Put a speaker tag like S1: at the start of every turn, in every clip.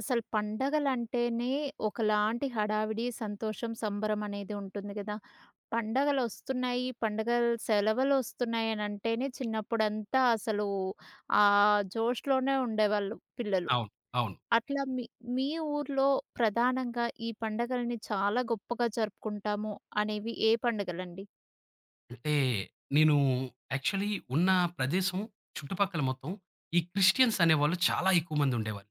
S1: అసలు పండగలంటేనే ఒకలాంటి హడావిడి, సంతోషం, సంబరం అనేది ఉంటుంది గదా! పండగలొస్తున్నాయి, పండగలు సెలవులొస్తున్నాయి అనంటేనే చిన్నప్పుడంతా అసలు ఆ జోష్‌లోనే ఉండేవాళ్ళు పిల్లలు.
S2: అవును. అవును.
S1: అట్లా మీ మీ ఊర్లో ప్రధానంగా ఈ పండగల్ని చాలా గొప్పగా జరుపుకుంటాము అనేవి ఏ పండగలండి?
S2: అంటే నేను యాక్చువల్లీ ఉన్న ప్రదేశం చుట్టుపక్కల మొత్తం ఈ క్రిస్టియన్స్ అనేవాళ్ళు చాలా ఎక్కువ మంది ఉండేవాళ్ళు.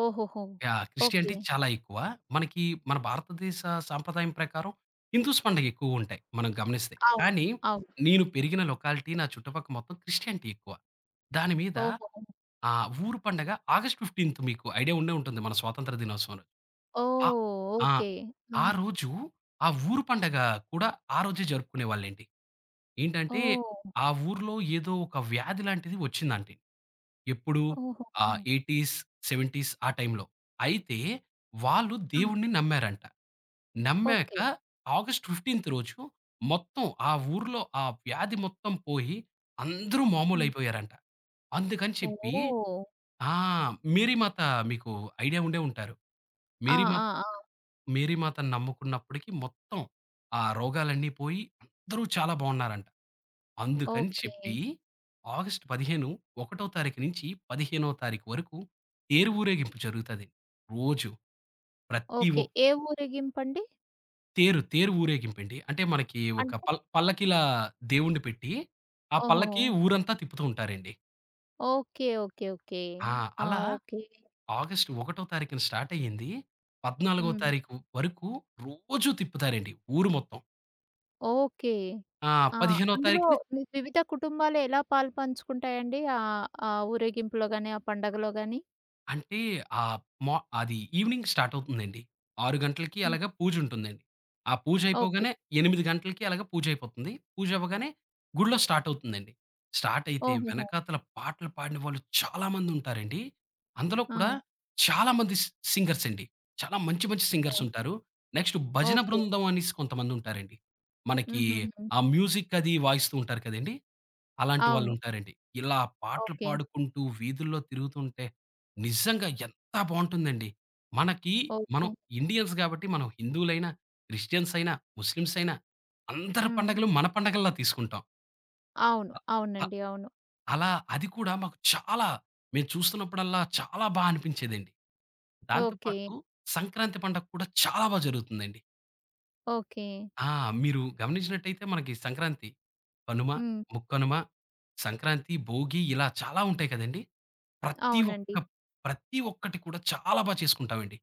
S1: ఓహోహో!
S2: యాహ్! Christianity
S1: okay.
S2: చాలా ఎక్కువ. మనకి మన భారతదేశ సాంప్రదాయం ప్రకారం హిందూస్ పండుగ ఎక్కువ ఉంటాయి మనం గమనిస్తే.
S1: అవును.
S2: కానీ
S1: అవును.
S2: నేను పెరిగిన లొకాలిటీ నా చుట్టుపక్కల మొత్తం క్రిస్టియానిటీ ఎక్కువ. దాని మీద
S1: ఓహోహో!
S2: ఆ ఊరు పండగ ఆగస్ట్ 15 మీకు ఐడియా ఉండే ఉంటుంది, మన స్వాతంత్ర దినోత్సవం రోజు. ఆహ్,
S1: ఓహ్!
S2: ఆ!
S1: ఓకే. ఆ!
S2: ఆ రోజు ఆ ఊరు పండగ కూడా ఆ రోజే జరుపుకునేవాళ్ళండి. ఏంటంటే,
S1: ఓహ్!
S2: ఆ ఊర్లో ఏదో ఒక వ్యాధి లాంటిది వచ్చిందండి. ఎప్పుడు?
S1: ఓహోహో!
S2: 80స్, 70స్ ఆ టైంలో. అయితే వాళ్ళు
S1: ఆ!
S2: దేవుడిని నమ్మారంట. నమ్మాక
S1: ఓకే.
S2: ఆగస్ట్ 15థ్ రోజు మొత్తం ఆ ఊర్లో ఆ వ్యాధి మొత్తం పోయి అందరూ
S1: హ్మ్.
S2: మామూలయిపోయారంట. అందుకని చెప్పి
S1: ఓహ్!
S2: ఆ! మేరీమాత మీకు ఐడియా ఉండే ఉంటారు.
S1: ఆ!
S2: మేరీమాత
S1: ఆ! ఆ!
S2: మేరీమాతను నమ్ముకున్నప్పటికి మొత్తం ఆ రోగాలన్నీ పోయి అందరూ చాలా బావున్నారంట. అందుకని
S1: ఓకే.
S2: చెప్పి ఆగస్టు 15 ఒకటో తారీఖు నుంచి 15వ తారీఖు వరకు తేరు ఊరేగింపు జరుగుతది. రోజు ప్రతి
S1: ఓకే.
S2: ఒక్
S1: ఏ ఊరేగింపండి?
S2: తేరు తేరు ఊరేగింపండి. అంటే మనకి ఒక
S1: అంటే
S2: పల్లకిలా దేవుడిని పెట్టి, ఆ
S1: ఓహో!
S2: పల్లకి ఊరంతా తిప్పుతూ ఉంటారండి.
S1: ఓకే. ఓకే. ఓకే.
S2: ఆ!
S1: ఆ!
S2: అలా
S1: ఓకే.
S2: ఆగస్టు 1 తారీఖున స్టార్ట్ అయ్యింది. 14వ
S1: హ్మ్.
S2: తారీఖు వరకు రోజూ తిప్పుతారండి ఊరు మొత్తం.
S1: ఓకే.
S2: ఆ!
S1: ఆ!
S2: 15వ
S1: అందులో
S2: తారీఖున
S1: మీ వివిధ కుటుంబాలు ఎలా పాలుపంచుకుంటాయండి? ఆ ఊరేగింపులో గాని, ఆ పండగలో గాని?
S2: అంటే ఆహ్, మా అది ఈవెనింగ్ స్టార్ట్ అవుతుందండి. 6 గంటలకి
S1: హ్మ్.
S2: అలాగా పూజుంటుందండి. ఆ
S1: ఓకే.
S2: పూజయిపోగానే 8 గంటలకి అలాగా పూజయిపోతుంది. పూజవ్వగానే గుడిలో స్టార్ట్ అవుతుందండి. స్టార్ట్ అయితే
S1: ఓహోహో!
S2: వెనకాతల పాటలు పాడిన వాళ్ళు చాలా మందుంటారండి. అందులో
S1: ఆ!
S2: కూడా చాలా మంది సింగర్స్ అండి. చాలా మంచి మంచి
S1: ఓహ్!
S2: సింగర్సుంటారు. నెక్స్ట్ భజన
S1: ఓకే.
S2: బృందం అనేసి కొంతమందుంటారండి. మనకి
S1: హుహుహు.
S2: ఆ మ్యూజిక్ అది వాయిస్తూ ఉంటారు కదండీ! అలాంటి
S1: అవును.
S2: వాళ్ళుంటారండి. ఇలా పాటలు
S1: ఓకే.
S2: పాడుకుంటూ వీధుల్లో తిరుగుతుంటే నిజంగా ఎంత బావుంటుందండి. మనకి మనం
S1: ఓకే.
S2: ఇండియన్స్ గాబట్టి మనం హిందువులైనా, క్రిస్టియన్స్ అయినా, ముస్లిమ్స్ అయినా అందరి
S1: హ్మ్.
S2: పండగలు మన పండగల్లా తీసుకుంటాం.
S1: అవును.
S2: అ అ
S1: అవునండి. అవును.
S2: అలా అది కూడా మాకు చాలా మేము చూస్తున్నప్పుడల్లా చాలా బా అనిపించేదండి. దాంతో
S1: ఓకే.
S2: పాటు సంక్రాంతి పండగ కూడా చాలా బా జరుగుతుందండి.
S1: ఓకే.
S2: ఆ! మీరు గమనించినట్టయితే మనకి సంక్రాంతి, కనుమ,
S1: హ్మ్.
S2: ముక్కనుమ, సంక్రాంతి, భోగి ఇలా చాలా ఉంటాయి కదండీ! ప్రతి
S1: అవునండి.
S2: ఒక్క ప్రతి ఒక్కటి కూడా చాలా బా చేసుకుంటామండి.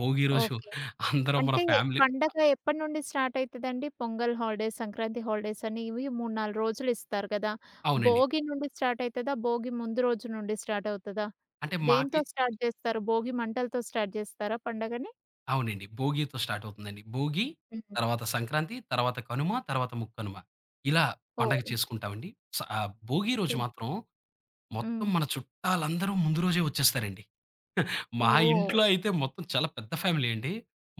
S2: భోగి రోజు
S1: ఓకే.
S2: అందరం మన
S1: అంటే
S2: ఫ్యామిలీ
S1: పండగ ఎప్పటి నుండి స్టార్ట్ అయితదండి? పొంగల్ హాలిడేస్, సంక్రాంతి హాలిడేస్ అని ఇవి 3, 4 రోజులు ఇస్తారు గదా!
S2: అవునండి.
S1: భోగి నుండి స్టార్ట్ అయితదా? భోగి ముందు రోజు నుండి స్టార్ట్ అవుతదా?
S2: అంటే మాకి
S1: దేనితో స్టార్ట్ జేస్తారు? భోగి మంటలతో స్టార్ట్ జేస్తారా పండగని?
S2: అవునండి. భోగితో స్టార్ట్ అవుతుందండి. భోగి,
S1: హ్మ్.
S2: తర్వాత సంక్రాంతి, తర్వాత కనుమ, తర్వాత ముక్కనుమ. ఇలా పండగ
S1: ఓహ్!
S2: చేసుకుంటామండి. భోగి రోజు
S1: ఓకే.
S2: మాత్రం మొత్తం
S1: హ్మ్.
S2: మన చుట్టాలందరూ ముందు రోజే వచ్చేస్తారండి. మా
S1: ఓహ్!
S2: ఇంట్లో అయితే మొత్తం చాలా పెద్ద ఫ్యామిలీ అండి.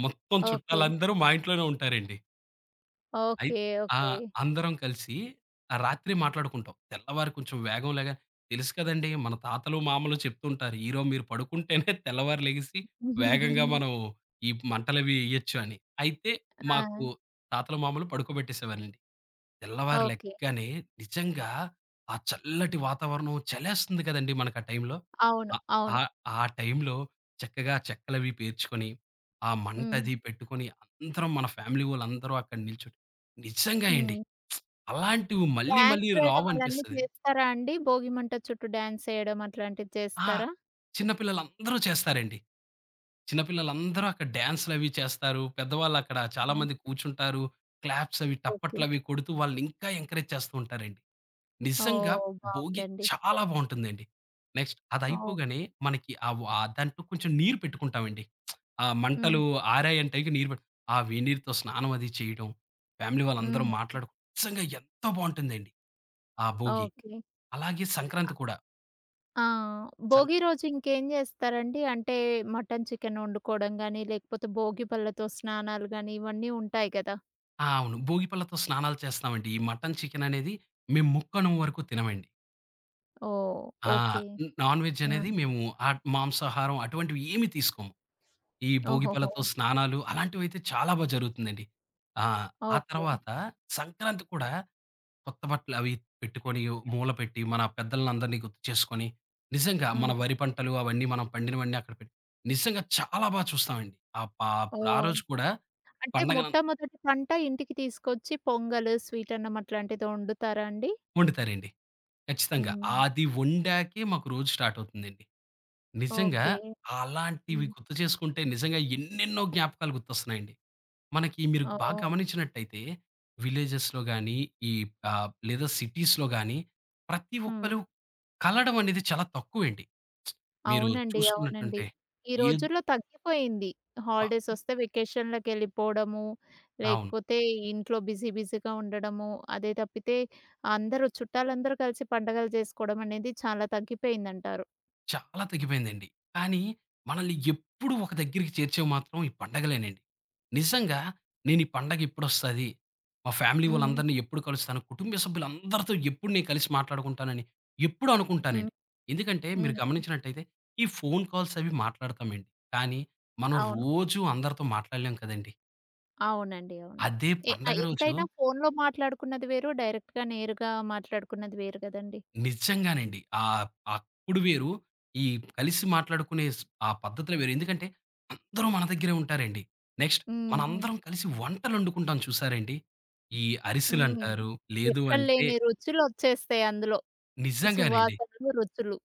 S2: మొత్తం
S1: ఓకే.
S2: చుట్టాలందరూ మా ఇంట్లోనే ఉంటారండి. అయి
S1: ఓకే.
S2: ఆ!
S1: ఓకే.
S2: అందరం కలిసి ఆ రాత్రి మాట్లాడుకుంటాం. తెల్లవారి కొంచెం వేగం లేగా తెలుసు కదండీ! మన తాతలు, మామలు చెప్తుంటారు. ఈరోజు మీరు పడుకుంటేనే తెల్లవారు లెగిసి వేగంగా మనం ఈ మంటలవి ఎయొచ్చు అని. అయితే
S1: ఆ!
S2: మాకు తాతలు, మామలు పడుకోబెట్టేసేవారండి. తెల్లవారు
S1: ఓకే.
S2: లెగ్గానే నిజంగా ఆ చల్లటి వాతావరణం చలేస్తుంది కదండీ! మనకు ఆ టైంలో.
S1: అవును.
S2: ఆహ్,
S1: అవును.
S2: ఆహ్, ఆ టైంలో చక్కగా చెక్కలవి పేర్చుకొని, ఆ
S1: హ్మ్.
S2: మంటది పెట్టుకొని, అందరం మన ఫ్యామిలీ వోళ్ళందరూ అక్కడ నిల్చొని నిజంగా అండి.
S1: హ్మ్.
S2: అలాంటివి మళ్ళీ మళ్ళీ
S1: డాన్స్ వేయడం అవన్నీ
S2: రావనిపిస్తది.
S1: చేస్తారా అండి? భోగి మంట చుట్టూ డాన్స్ ఎయడం అట్లాంటివి
S2: ఆ!
S1: చేస్తారా?
S2: చిన్న పిల్లలందరూ చేస్తారండి. చిన్న పిల్లలందరూ అక్కడ డాన్స్‌లవి చేస్తారు. పెద్దవాళ్ళక్కడ చాలా మంది కూర్చుంటారు. క్లాప్స్ అవి,
S1: ఓకే.
S2: టప్పట్లవి కొడుతూ వాళ్ళని ఇంకా ఎంకరేజ్ చేస్తూ ఉంటారండి. నిజంగా
S1: ఓహ్!
S2: భోగి
S1: బావుందండి.
S2: చాలా బావుంటుందండి. నెక్స్ట్
S1: ఓహ్!
S2: అదయిపోగానే మనకి దాంట్లో కొంచెం నీరు పెట్టుకుంటామండి. ఆ
S1: హ్మ్.
S2: మంటలు ఆరాయంటే నీరు పెట్ ఆ వేడి నీరుతో స్నానం అది చేయడం, ఫ్యామిలీ వాళ్ళందరూ
S1: హ్మ్.
S2: మాట్లాడుకు నిజంగా ఎంతో బావుంటుందండి ఆ భోగి.
S1: ఓకే.
S2: అలాగే సంక్రాంతి కూడా.
S1: ఆ!
S2: సం
S1: భోగి రోజు ఇంకేం జేస్తారండి? అంటే మటన్, చికెన్ వండుకోవడం గాని, లేకపోతే భోగి పళ్ళతో స్నానాలు గాని, ఇవన్నీ ఉంటాయి గదా!
S2: ఆ! అవును. భోగి పళ్ళతో స్నానాలు చేస్తామండి. ఈ మటన్, చికెన్ అనేది మేము ముక్కనుమ వరకు తినమండి.
S1: ఓహ్!
S2: ఆ!
S1: ఓకే.
S2: నాన్ వెజ్
S1: ఆ!
S2: అనేది మేము మాంసాహారం అటువంటివి ఏమి తీసుకోము. ఈ
S1: ఓహోహో!
S2: భోగిపళ్ళతో స్నానాలు అలాంటివైతే చాలా బా జరుగుతుందండి. ఆ! ఆ
S1: ఓకే.
S2: తర్వాత సంక్రాంతి కూడా కొత్త బట్టలు అవి పెట్టుకొని, మూల పెట్టి, మన పెద్దలనందరిని గుర్తు చేసుకొని, నిజంగా మన
S1: హ్మ్.
S2: వరి పంటలు అవన్నీ మనం పండినవన్నీ అక్కడ పెట్టి నిజంగా చాలా బా చూస్తామండి. ఆ
S1: ఓహ్!
S2: రోజు కూడా
S1: అంటే
S2: పండగన
S1: మొట్టమొదటి పంట ఇంటికి తీసుకొచ్చి పొంగల్, స్వీటన్నం అట్లాంటిదో వండుతారా అండి?
S2: వండుతారండి. ఖచ్చితంగా.
S1: హ్మ్.
S2: అది వండాకే మాకు రోజు స్టార్ట్ అవుతుందండి. నిజంగా
S1: ఓకే.
S2: అలాంటివి
S1: హ్మ్.
S2: గుర్తు చేసుకుంటే నిజంగా ఎన్నెన్నో జ్ఞాపకాలు గుర్తొస్తున్నాయండి. మనకి మీరు బాగా
S1: ఓహ్!
S2: గమనించినట్టయితే విలేజెస్‌లో గాని, ఈ లేదా సిటీస్‌లో గాని ప్రతి
S1: హ్మ్.
S2: ఒక్కళ్ళు కలడం అనేది చాలా తక్కువేండి. మీరు
S1: అవునండి. అవునండి.
S2: చూసుకున్నట్టుంటే
S1: ఈ
S2: ఏ
S1: రోజుల్లో తగ్గిపోయింది.
S2: ప
S1: హాలిడేస్ వస్తే వెకేషన్‌లకెళ్ళిపోవడము,
S2: అవును.
S1: లేకపోతే ఇంట్లో బిజీ బిజీగా ఉండడము. అదే తప్పితే అందరూ చుట్టాలందరూ కలిసి పండగలు జేసుకోవడం అనేది చాలా తగ్గిపోయిందంటారు.
S2: చాలా తగ్గిపోయిందండి. కానీ మనల్ని ఎప్పుడు ఒక దగ్గరికి చేర్చేవి మాత్రం ఈ పండగలేనండి. నిజంగా నేను ఈ పండగ ఎప్పుడొస్తది? మా ఫ్యామిలీ
S1: హ్మ్.
S2: వాళ్ళందరిని ఎప్పుడు కలుస్తాను? కుటుంబ సభ్యులందరితో ఎప్పుడు నేను కలిసి మాట్లాడుకుంటానని ఎప్పుడూ
S1: హ్మ్.
S2: అనుకుంటానండి. ఎందుకంటే మీరు
S1: హ్మ్.
S2: గమనించినట్టయితే ఈ ఫోను కాల్స్ అవి మాట్లాడతామండి. కానీ మనం
S1: అవును.
S2: రోజూ అందరితో మాట్లాడలేం కదండీ!
S1: అవునండి. అవును.
S2: అదే పండగ రోజు
S1: ఎంతైనా ఫోన్‌లో మాట్లాడుకున్నది వేరు, డైరెక్ట్‌గా నేరుగా మాట్లాడుకున్నది వేరు గదండీ.
S2: నిజంగానండి. అప్పుడు వేరు. ఈ కలిసి మాట్లాడుకునే స్ ఆ పద్ధతులు వేరు. ఎందుకంటే, అందరూ మన దగ్గరే ఉంటారండి. నెక్స్ట్
S1: హ్మ్. హ్మ్.
S2: మనందరం కలిసి వంటలొండుకుంటాం చూసారండి. ఈ
S1: హ్మ్.
S2: అరిసెలంటారు. లేదు
S1: ఎక్కడ
S2: అంటే
S1: లేని రుచులొచ్చేస్తాయి అందులో.
S2: నిజంగానండి.
S1: సువాసనలు, రుచులు.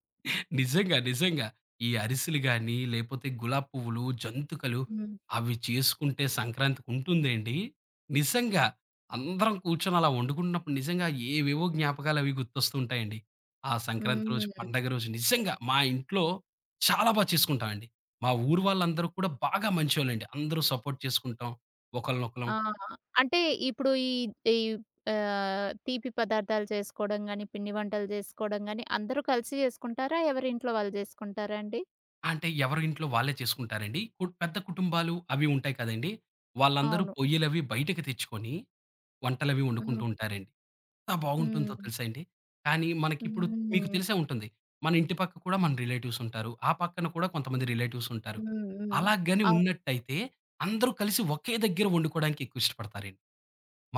S2: నిజంగా. ఈ అరిసెలు గాని, లేపోతే గులాబీ పువ్వులు, జంతికలు
S1: హ్మ్.
S2: అవి చేసుకుంటే సంక్రాంతికుంటుందేండి. నిజంగా అందరం కూర్చొని అలా వండుకున్నప్పుడు నిజంగా ఏవేవో జ్ఞాపకాలవి గుర్తొస్తుంటాయండి. ఆ సంక్రాంతి రోజు,
S1: హ్మ్.
S2: పండగ రోజు నిజంగా మా ఇంట్లో చాలా బా చేసుకుంటామండి. మా ఊరు వాళ్ళందరూ కూడా బాగా మంచోళ్ళండి. అందరూ సపోర్ట్ చేసుకుంటాం. ఒకళ్ళనొకళం
S1: ఆ! అంటే ఇప్పుడు ఈ ఈ తీపి పదార్థాలు చేసుకోవడం గాని, పిండి వంటలు చేసుకోవడం గాని అందరూ కలిసి చేసుకుంటారా? ఎవరి ఇంట్లో వాళ్ళు చేసుకుంటారా అండి?
S2: అంటే ఎవరి ఇంట్లో వాళ్ళే చేసుకుంటారండి. పెద్ద కుటుంబాలు అవి ఉంటాయి కదండీ! వాళ్ళందరూ
S1: అవును.
S2: పొయ్యిలవి బయటకి తెచ్చుకొని వంటలవి వండుకుంటూ
S1: హ్మ్.
S2: ఉంటారండి. ఎంత బాగుంటుందో
S1: హ్మ్.
S2: తెలుసా అండి? కానీ మనకిప్పుడు
S1: హ్మ్.
S2: మీకు తెలిసే ఉంటుంది. మన ఇంటి పక్క కూడా మన రిలేటివ్స్ ఉంటారు. ఆ పక్కన కూడా కొంతమంది రిలేటివ్స్ ఉంటారు.
S1: హ్మ్. హ్మ్.
S2: అలాగని
S1: అవును.
S2: ఉన్నట్టయితే అందరూ కలిసి ఒకే దగ్గర వండుకోవడానికి ఎక్కువ ఇష్టపడతారండి.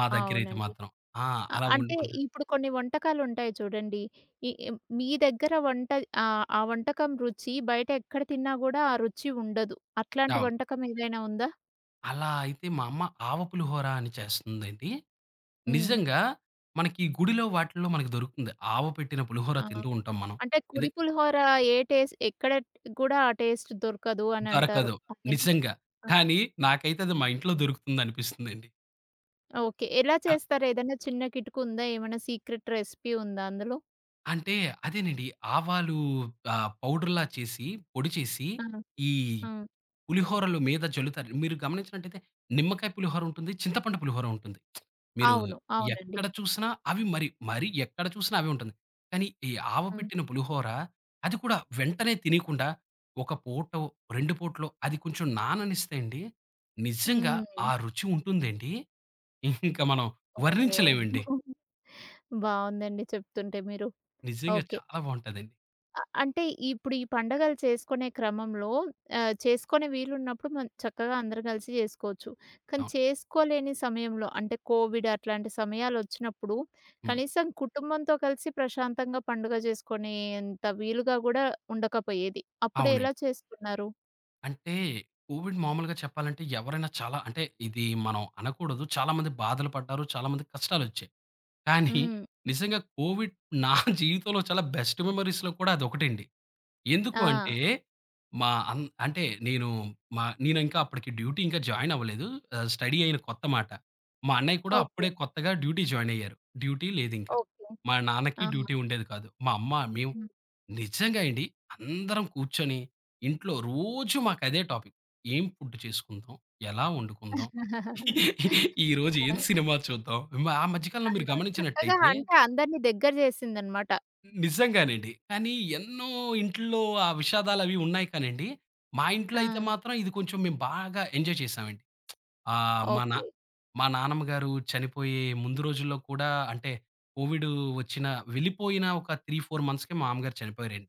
S2: మా దగ్గరైతే
S1: అవునండి.
S2: మాత్రం. ఆ!
S1: అ
S2: అలా
S1: అంటే
S2: వండుకుంటా
S1: ఇప్పుడు కొన్ని వంటకాలుంటాయి చూడండి. ఈ మీ దగ్గర వంట ఆ వంటకం రుచి బయట ఎక్కడ తిన్నా గూడా ఆ రుచి ఉండదు. అట్లాంటి
S2: అవును.
S1: వంటకం ఏదైనా ఉందా?
S2: అలా అయితే మా అమ్మ ఆవ పులిహోర అని చేస్తుందండి.
S1: హ్మ్.
S2: నిజంగా మనకి గుడిలో వాటిల్లో మనకు దొరుకుతుంది. ఆవ పెట్టిన పులిహోర
S1: ఆ!
S2: తింటూ ఉంటాం మనం.
S1: అంటే కుడి
S2: ఎందుకంటే
S1: పులిహోర ఏ టేస్ట్ ఎక్కడ కూడా ఆ టేస్ట్ దొరకదు అనంటారు.
S2: దొరకదు.
S1: అదేనా?
S2: నిజంగా.
S1: ఆ!
S2: కానీ నాకైతే అది మా ఇంట్లో దొరుకుతుందనిపిస్తుందండి.
S1: ఓకే. ఎలా
S2: ఆ!
S1: చేస్తారు? ఏదైనా చిన్న కిటుకు ఉందా? ఏమైనా సీక్రెట్ రెసిపీ ఉందా అందులో?
S2: అంటే అదేనండి. ఆవాలు పౌడర్‌లా చేసి, పొడి చేసి,
S1: ఆ!
S2: ఈ
S1: ఆ!
S2: పులిహోరలు మీద జల్లుతారు. మీరు గమనించినట్టయితే నిమ్మకాయ పులిహోర ఉంటుంది. చింతపండు పులిహోర ఉంటుంది. మీరు
S1: అవును. అవునండి.
S2: ఎక్కడ చూసినా అవి మరి, మరి ఎక్కడ చూసినా అవే ఉంటుంది. కానీ ఈ ఆవ
S1: హ్మ్.
S2: పెట్టిన పులిహోర అది కూడా వెంటనే తినేయకుండా ఒక పూటో, 2 పూటలో అది కొంచెం నాననిస్తే అండి, నిజంగా
S1: హ్మ్.
S2: ఆ రుచి ఉంటుందండి ఇంకా మనం వర్ణించలేమండి.
S1: ఓహ్! బావుందండి చెప్తుంటే మీరు.
S2: నిజంగా
S1: ఓకే.
S2: చాలా బావుంటదండి.
S1: అంటే ఇప్పుడు ఈ పండగలు చేసుకునే క్రమంలో చేసుకునే వీలున్నప్పుడు మనం చక్కగా అందరూ కలిసి చేసుకోవచ్చు. కానీ
S2: అవును.
S1: చేసుకోలేని సమయంలో అంటే కోవిడ్ అట్లాంటి సమయాలొచ్చినప్పుడు
S2: హ్మ్.
S1: కనీసం కుటుంబంతో కలిసి ప్రశాంతంగా పండుగ చేసుకునేంత వీలుగా గూడా ఉండకపోయేది. అప్పుడు ఎలా
S2: అవునండి.
S1: చేసుకున్నారు?
S2: అంటే కోవిడ్ మామూలుగా చెప్పాలంటే ఎవరైనా చాలా అంటే ఇది మనం అనకూడదు. చాలా మంది బాధలు పడ్డారు. చాలా మందికి కష్టాలొచ్చాయి. కానీ
S1: హ్మ్.
S2: నిజంగా కోవిడ్ నా జీవితంలో చాలా బెస్ట్ మెమోరీస్‌లో కూడా అదొకటండి. ఎందుకు
S1: ఆ!
S2: అంటే, మా అన్ అంటే నేను మా నేనింకా అప్పటికి డ్యూటీ ఇంకా జాయిన్ అవ్వలేదు. స్టడీ అయిన కొత్త మాట. మా అన్నయ్య కూడా
S1: ఓకే.
S2: అప్పుడే కొత్తగా డ్యూటీ జాయిన్ అయ్యారు. డ్యూటీ లేదింకా.
S1: ఓకే.
S2: మా నాన్నకి
S1: ఆ!
S2: డ్యూటీ ఉండేది కాదు. మా అమ్మ, మేము
S1: హ్మ్.
S2: నిజంగా అండి అందరం కూర్చొని ఇంట్లో రోజు మాకదే టాపిక్. ఏం ఫుడ్ చేసుకుందాం? ఎలా వండుకుందాం? ఈరోజు
S1: ఆ!
S2: ఏం సినిమా చూద్దాం? ఆ మధ్య కాలంలో మీరు
S1: అలా చక్కగా
S2: గమనించినట్టయితే
S1: అంటే అందరిని దగ్గర చేసిందనమాట.
S2: నిజంగానండి. కానీ ఎన్నో ఇంట్లో ఆ విషాదాలవి ఉన్నాయి కానండి, మా ఇంట్లో అయితే
S1: ఆ!
S2: మాత్రం ఇది కొంచెం మేము బాగా ఎంజాయ్ చేశామండి. ఆహ్, మా నా
S1: ఓకే.
S2: మా నాన్నమ్మ గారు చనిపోయే ముందు రోజుల్లో కూడా అంటే కోవిడ్ వచ్చిన వెళ్ళిపోయిన ఒక 3, 4 మంత్స్‌కే మా అమ్మగారు చనిపోయారండి.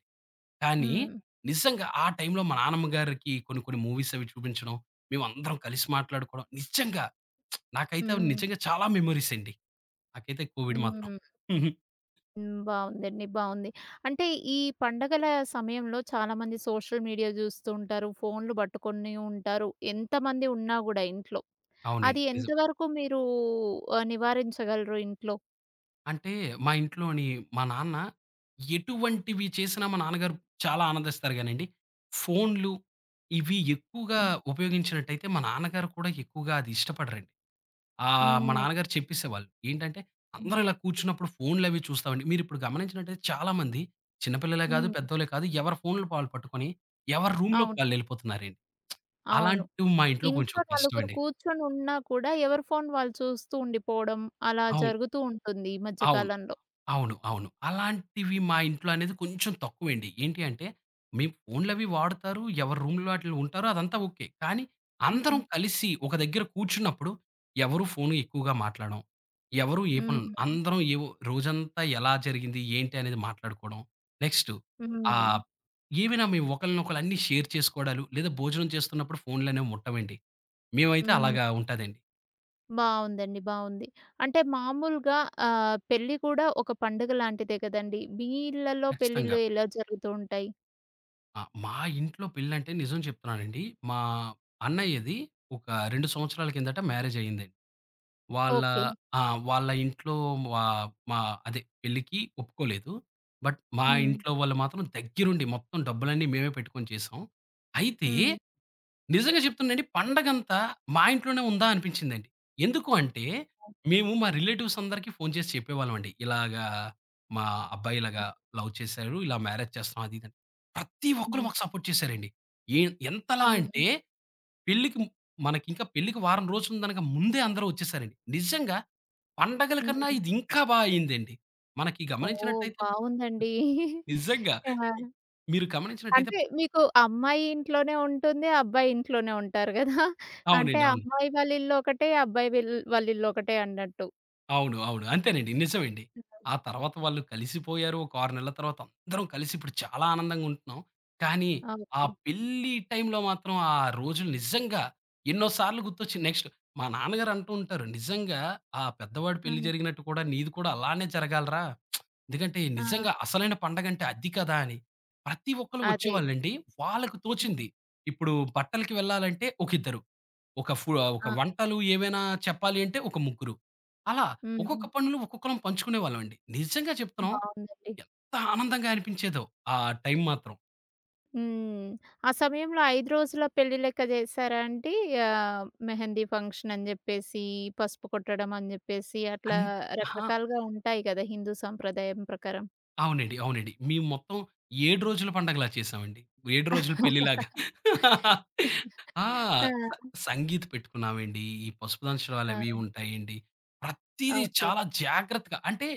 S2: కానీ
S1: హ్మ్.
S2: నిజంగా ఆ టైంలో మా నాన్నమ్మ గారికి కొన్ని కొన్ని మూవీస్ అవి చూపించడం, మేమందరం కలిసి మాట్లాడుకోవడం నిజంగా నాకైతే అవి
S1: హ్మ్.
S2: నిజంగా చాలా మెమోరీస్ అండి. నాకైతే కోవిడ్ మాత్రం.
S1: హ్మ్. హ్మ్. బావుందండి. బావుంది. అంటే ఈ పండగల సమయంలో చాలామంది సోషల్ మీడియా జూస్తూ ఉంటారు. ఫోన్‌లు పట్టుకొని ఉంటారు. ఎంతమంది ఉన్నా గూడా ఇంట్లో. అది
S2: అవునండి. నిజం.
S1: ఎంతవరకు మీరు నివారించగలరు ఇంట్లో?
S2: అంటే మా ఇంట్లోని మా నాన్న ఎటువంటివి చేసినా మా నాన్నగారు చాలా ఆనందిస్తారు గానండి. ఫోన్‌లు ఇవి ఎక్కువగా
S1: హ్మ్.
S2: ఉపయోగించినట్టయితే మా నాన్నగారు కూడా ఎక్కువగా అది ఇష్టపడరండి. మా
S1: హ్మ్.
S2: నాన్నగారు చెప్పేసేవాళ్ళు. ఏంటంటే,
S1: హ్మ్.
S2: "అందరూ ఇలా కూర్చున్నప్పుడు ఫోన్‌లవి చూస్తామండి." మీరిప్పుడు గమనించినట్టయితే చాలామంది చిన్నపిల్లలే కాదు,
S1: హ్మ్.
S2: పెద్దోళ్ళే కాదు ఎవరి ఫోన్‌లు వాళ్ళు పట్టుకొని ఎవరి రూమ్‌లోకి
S1: అవును.
S2: వాళ్ళెళ్ళిపోతున్నారండి.
S1: అవును.
S2: అలాంటివి మా ఇంట్లో కొంచెం
S1: ఇంట్లో నలుగురు
S2: కష్టమండి.
S1: కూర్చొని ఉన్నా కూడా ఎవరి ఫోన్ వాళ్ళు చూస్తూ ఉండిపోవడం అలా
S2: అవును.
S1: జరుగుతూ ఉంటుంది ఈ మధ్య
S2: అవును.
S1: కాలంలో.
S2: అవును. అవును. అలాంటివి మా ఇంట్లో అనేది కొంచెం తక్కువండి. ఏంటి అంటే, మేము ఫోన్‌లవి వాడతారు. ఎవరి రూమ్‌లో ఆటిల్లో ఉంటారు. అదంతా ఓకే. కానీ అందరం
S1: హ్మ్.
S2: కలిసి ఒక దగ్గర కూర్చున్నప్పుడు ఎవరు ఫోను ఎక్కువగా మాట్లాడం. ఎవరు ఏ పను
S1: హ్మ్.
S2: అందరం ఏవో రోజంతా ఎలా జరిగింది? ఏంటి? అనేది మాట్లాడుకోవడం. నెక్స్ట్
S1: హ్మ్.
S2: ఆహ్, ఏమైనా మేము ఒకళ్ళనొకళ్ళు అన్నీ షేర్ చేసుకోవడాలు, లేదా భోజనం చేస్తున్నప్పుడు ఫోన్‌లనేవి ముట్టమండి. మేమైతే
S1: హ్మ్.
S2: అలాగా ఉంటాదండి.
S1: బావుందండి. బావుంది. అంటే మామూలుగా పెళ్లి కూడా ఒక పండుగ లాంటిదే కదండీ! మీ ఇళ్లలో
S2: ఖచ్చితంగా.
S1: పెళ్ళిళ్ళు ఎలా జరుగుతూ ఉంటాయి?
S2: ఆ! మా ఇంట్లో పెళ్ళంటే నిజం చెప్తున్నానండి. మా అన్నయ్యది ఒక 2 సంవత్సరాల కిందట మ్యారేజ్ అయిందండి. వాళ్ళ
S1: ఓకే.
S2: ఆ! వాళ్ళ ఇంట్లో వా మా అదే పెళ్ళికి ఒప్పుకోలేదు. బట్ మా
S1: హ్మ్.
S2: ఇంట్లో వాళ్ళు మాత్రం దగ్గరుండి మొత్తం డబ్బులన్నీ మేమే పెట్టుకొని చేసాం. అయితే
S1: హ్మ్.
S2: నిజంగా చెప్తున్నానండి పండగంతా మా ఇంట్లోనే ఉందా అనిపించిందండి. ఎందుకు అంటే, మేము మా రిలేటివ్స్ అందరికీ ఫోను చేసి చెప్పేవాళ్ళమండి. ఇలాగా మా అబ్బాయి ఇలాగా లవ్ చేశారు. ఇలా మ్యారేజ్ చేస్తున్నాం అది ఇదని. ప్రతి ఒక్కరు
S1: హ్మ్.
S2: మాకు సపోర్ట్ చేశారండి. ఏ ఎంతలా
S1: హ్మ్.
S2: అంటే పెళ్ళికి మనకింకా పెళ్ళికి వారం రోజులు గనక ముందే అందరూ వచ్చేసారండి. నిజంగా పండగల కన్నా
S1: హ్మ్.
S2: ఇది ఇంకా బా అయిందండి. మనకి
S1: ఓహ్!
S2: గమనించినట్టయితే
S1: బావుందండి.
S2: నిజంగా.
S1: ఆ!
S2: మీరు గమనించినట్టయితే
S1: అంటే మీకు అమ్మాయి ఇంట్లోనే ఉంటుంది. అబ్బాయి ఇంట్లోనే ఉంటారు గదా! అంటే
S2: అవునండి. అవును.
S1: అమ్మాయి వాళ్ళ ఇల్లు ఒకటే, అబ్బాయి వీల్ వాళ్ళ ఇల్లు ఒకటే అన్నట్టు.
S2: అవును. అవును. అంతేనండి. నిజమండి. ఆ తర్వాత వాళ్ళు కలిసిపోయారు. ఒక 6 నెలల తర్వాత అందరం కలిసి ఇప్పుడు చాలా ఆనందంగా ఉంటున్నాం. కానీ
S1: ఆ!
S2: ఆ
S1: ఓకే.
S2: పెళ్లి టైంలో మాత్రం ఆ రోజులు నిజంగా ఎన్నో సార్లు గుర్తొచ్చి నెక్స్ట్ మా నాన్నగారు అంటూ ఉంటారు. "నిజంగా ఆ పెద్దవాడి
S1: ఆ!
S2: పెళ్లి జరిగినట్టు కూడా నీది కూడా అలానే జరగాలిరా! ఎందుకంటే
S1: ఆ!
S2: నిజంగా అసలైన పండగంటే అది కదా!" అని. ప్రతి ఒక్కళ్ళు
S1: అదే.
S2: వచ్చేవాళ్ళండి. వాళ్ళకి
S1: ఆ!
S2: తోచింది. ఇప్పుడు బట్టలకి వెళ్ళాలంటే ఒక ఇద్దరు. ఒక ఫు ఒక
S1: ఆ!
S2: వంటలు ఏవైనా చెప్పాలి అంటే ఒక ముగ్గురు. అలా
S1: హ్మ్.
S2: ఒక్కొక్క పనులు ఒక్కొక్కలం పంచుకునేవాళ్ళమండి. నిజంగా చెప్తున్నాం.
S1: బావుందండి.
S2: ఎంత ఆనందంగా అనిపించేదో ఆ టైం మాత్రం.
S1: హ్మ్. ఆ సమయంలో 5 రోజుల పెళ్లి లెక్క జేసారా అండి? ఆహ్, మెహందీ ఫంక్షన్ అని జెప్పేసి, పసుపు కొట్టడం అని జెప్పేసి
S2: అన్
S1: అట్లా
S2: అహా!
S1: రకరకాలుగా ఉంటాయి గదా! హిందూ సాంప్రదాయం ప్రకారం.
S2: అవునండి. అవునండి. మేము మొత్తం 7 రోజుల పండగలా చేశామండి. 7 రోజుల పెళ్లిలాగా. ఆ!
S1: ఆ!
S2: స సంగీత్ పెట్టుకున్నామండి. ఈ పసుపు దంచడాలవి
S1: ఆ!
S2: ఉంటాయండి. ప్రతీదీ
S1: ఓకే.
S2: చాలా జాగ్రత్తగా అంటే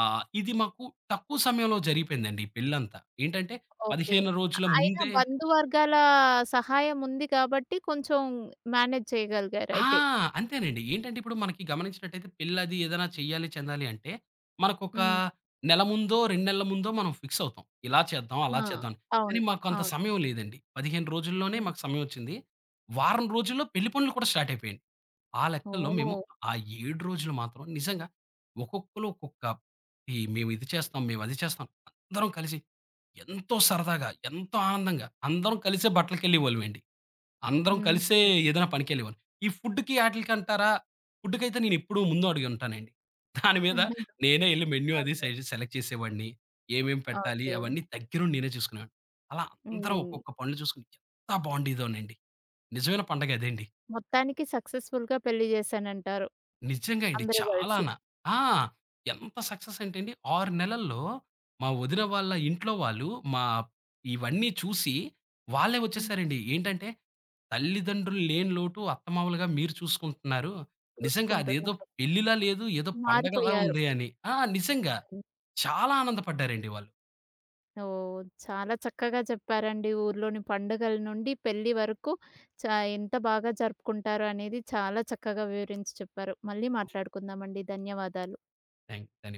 S2: ఇది మాకు తక్కువ సమయంలో జరిగిపోయిందండి ఈ పెళ్ళంతా. ఏంటంటే
S1: ఓకే.
S2: 15 రోజుల
S1: అయినా
S2: ముందే
S1: బంధువర్గాల సహాయం ఉంది కాబట్టి కొంచెం మేనేజ్
S2: ఆ!
S1: చేయగలిగారయితే.
S2: అంతేనండి. ఏంటంటే ఇప్పుడు మనకి గమనించినట్టయితే పెళ్లది ఏదైనా చెయ్యాలి, చెందాలి అంటే మనకొక
S1: హ్మ్.
S2: నెల ముందో, 2 నెలల ముందో మనం ఫిక్స్ అవుతాం. ఇలా చేద్దాం, అలా
S1: ఆ!
S2: చేద్దాం అని. కానీ
S1: అవును.
S2: మాకంత
S1: అవును.
S2: సమయం లేదండి. 15 రోజుల్లోనే
S1: హ్మ్.
S2: మాకు సమయం వచ్చింది. వారం రోజుల్లో పెళ్లి పనులు కూడా స్టార్ట్ అయిపోయాయండి. ఆ లెక్కల్లో
S1: ఓహ్!
S2: మేము ఆ 7 రోజులు మాత్రం నిజంగా ఒక్కొక్కళ్ళు ఒక్కొక్క ఈ మేము ఇది చేస్తాం, మేము అది చేస్తాం. అందరం కలిసి ఎంతో సరదాగా, ఎంతో ఆనందంగా అందరం కలిసే బట్టలకెళ్ళేవాళ్ళమండి. అందరం
S1: హ్మ్.
S2: కలిసే ఏదైనా పనికెళ్ళేవాళ్ళం. ఈ ఫుడ్‌కి ఆటిలకంటారా, ఫుడ్‌కైతే నేనెప్పుడూ ముందు అడుగుంటానండి. దాని మీద నేనే ఎళ్లి మెన్యూ అది
S1: ఓకే.
S2: సెలెక్ట్ చేసేవాడిని. ఏమేం పెట్టాలి
S1: ఓకే.
S2: అవన్నీ దగ్గరుండి నేనే చూసుకునేవాడిని. అలా అందరం
S1: హ్మ్.
S2: ఒక్కొక్క పనులు చూసుకుని ఎంత బావుండేదోనండి. నిజమైన పండగ అదండి.
S1: మొత్తానికి సక్సెస్‌ఫుల్‌గా పెళ్లి జేశానంటారు.
S2: నిజంగా అండి.
S1: అందరూ గలిసి.
S2: చాలానా. ఆ! ఎంత సక్సెస్ అంటే అండి 6 నెలల్లో మా వదిన వాళ్ళ ఇంట్లో వాళ్ళు మా ఇవన్నీ చూసి వాళ్ళే
S1: హ్మ్.
S2: వచ్చేసారండి. ఏంటంటే, "తల్లిదండ్రులు లేని లోటు అత్తమామలుగా మీరు చూసుకుంటున్నారు. నిజంగా అదేదో
S1: చూసుకుంటున్నారు.
S2: పెళ్లిలా లేదు. ఏదో పండగలా
S1: మారిపోయారు.
S2: ఉంది" అని. ఆ! నిజంగా
S1: హ్మ్.
S2: చాలా ఆనందపడ్డారండి వాళ్ళు.
S1: ఓహ్! చాలా చక్కగా చెప్పారండి. ఊర్లోని పండుగల నుండి పెళ్లి వరకు చ ఎంత బాగా జరుపుకుంటారు అనేది చాలా చక్కగా వివరించి చెప్పారు. మళ్ళీ
S2: థాంక్
S1: మాట్లాడుకుందామండి. ధన్యవాదాలు.
S2: థాంక్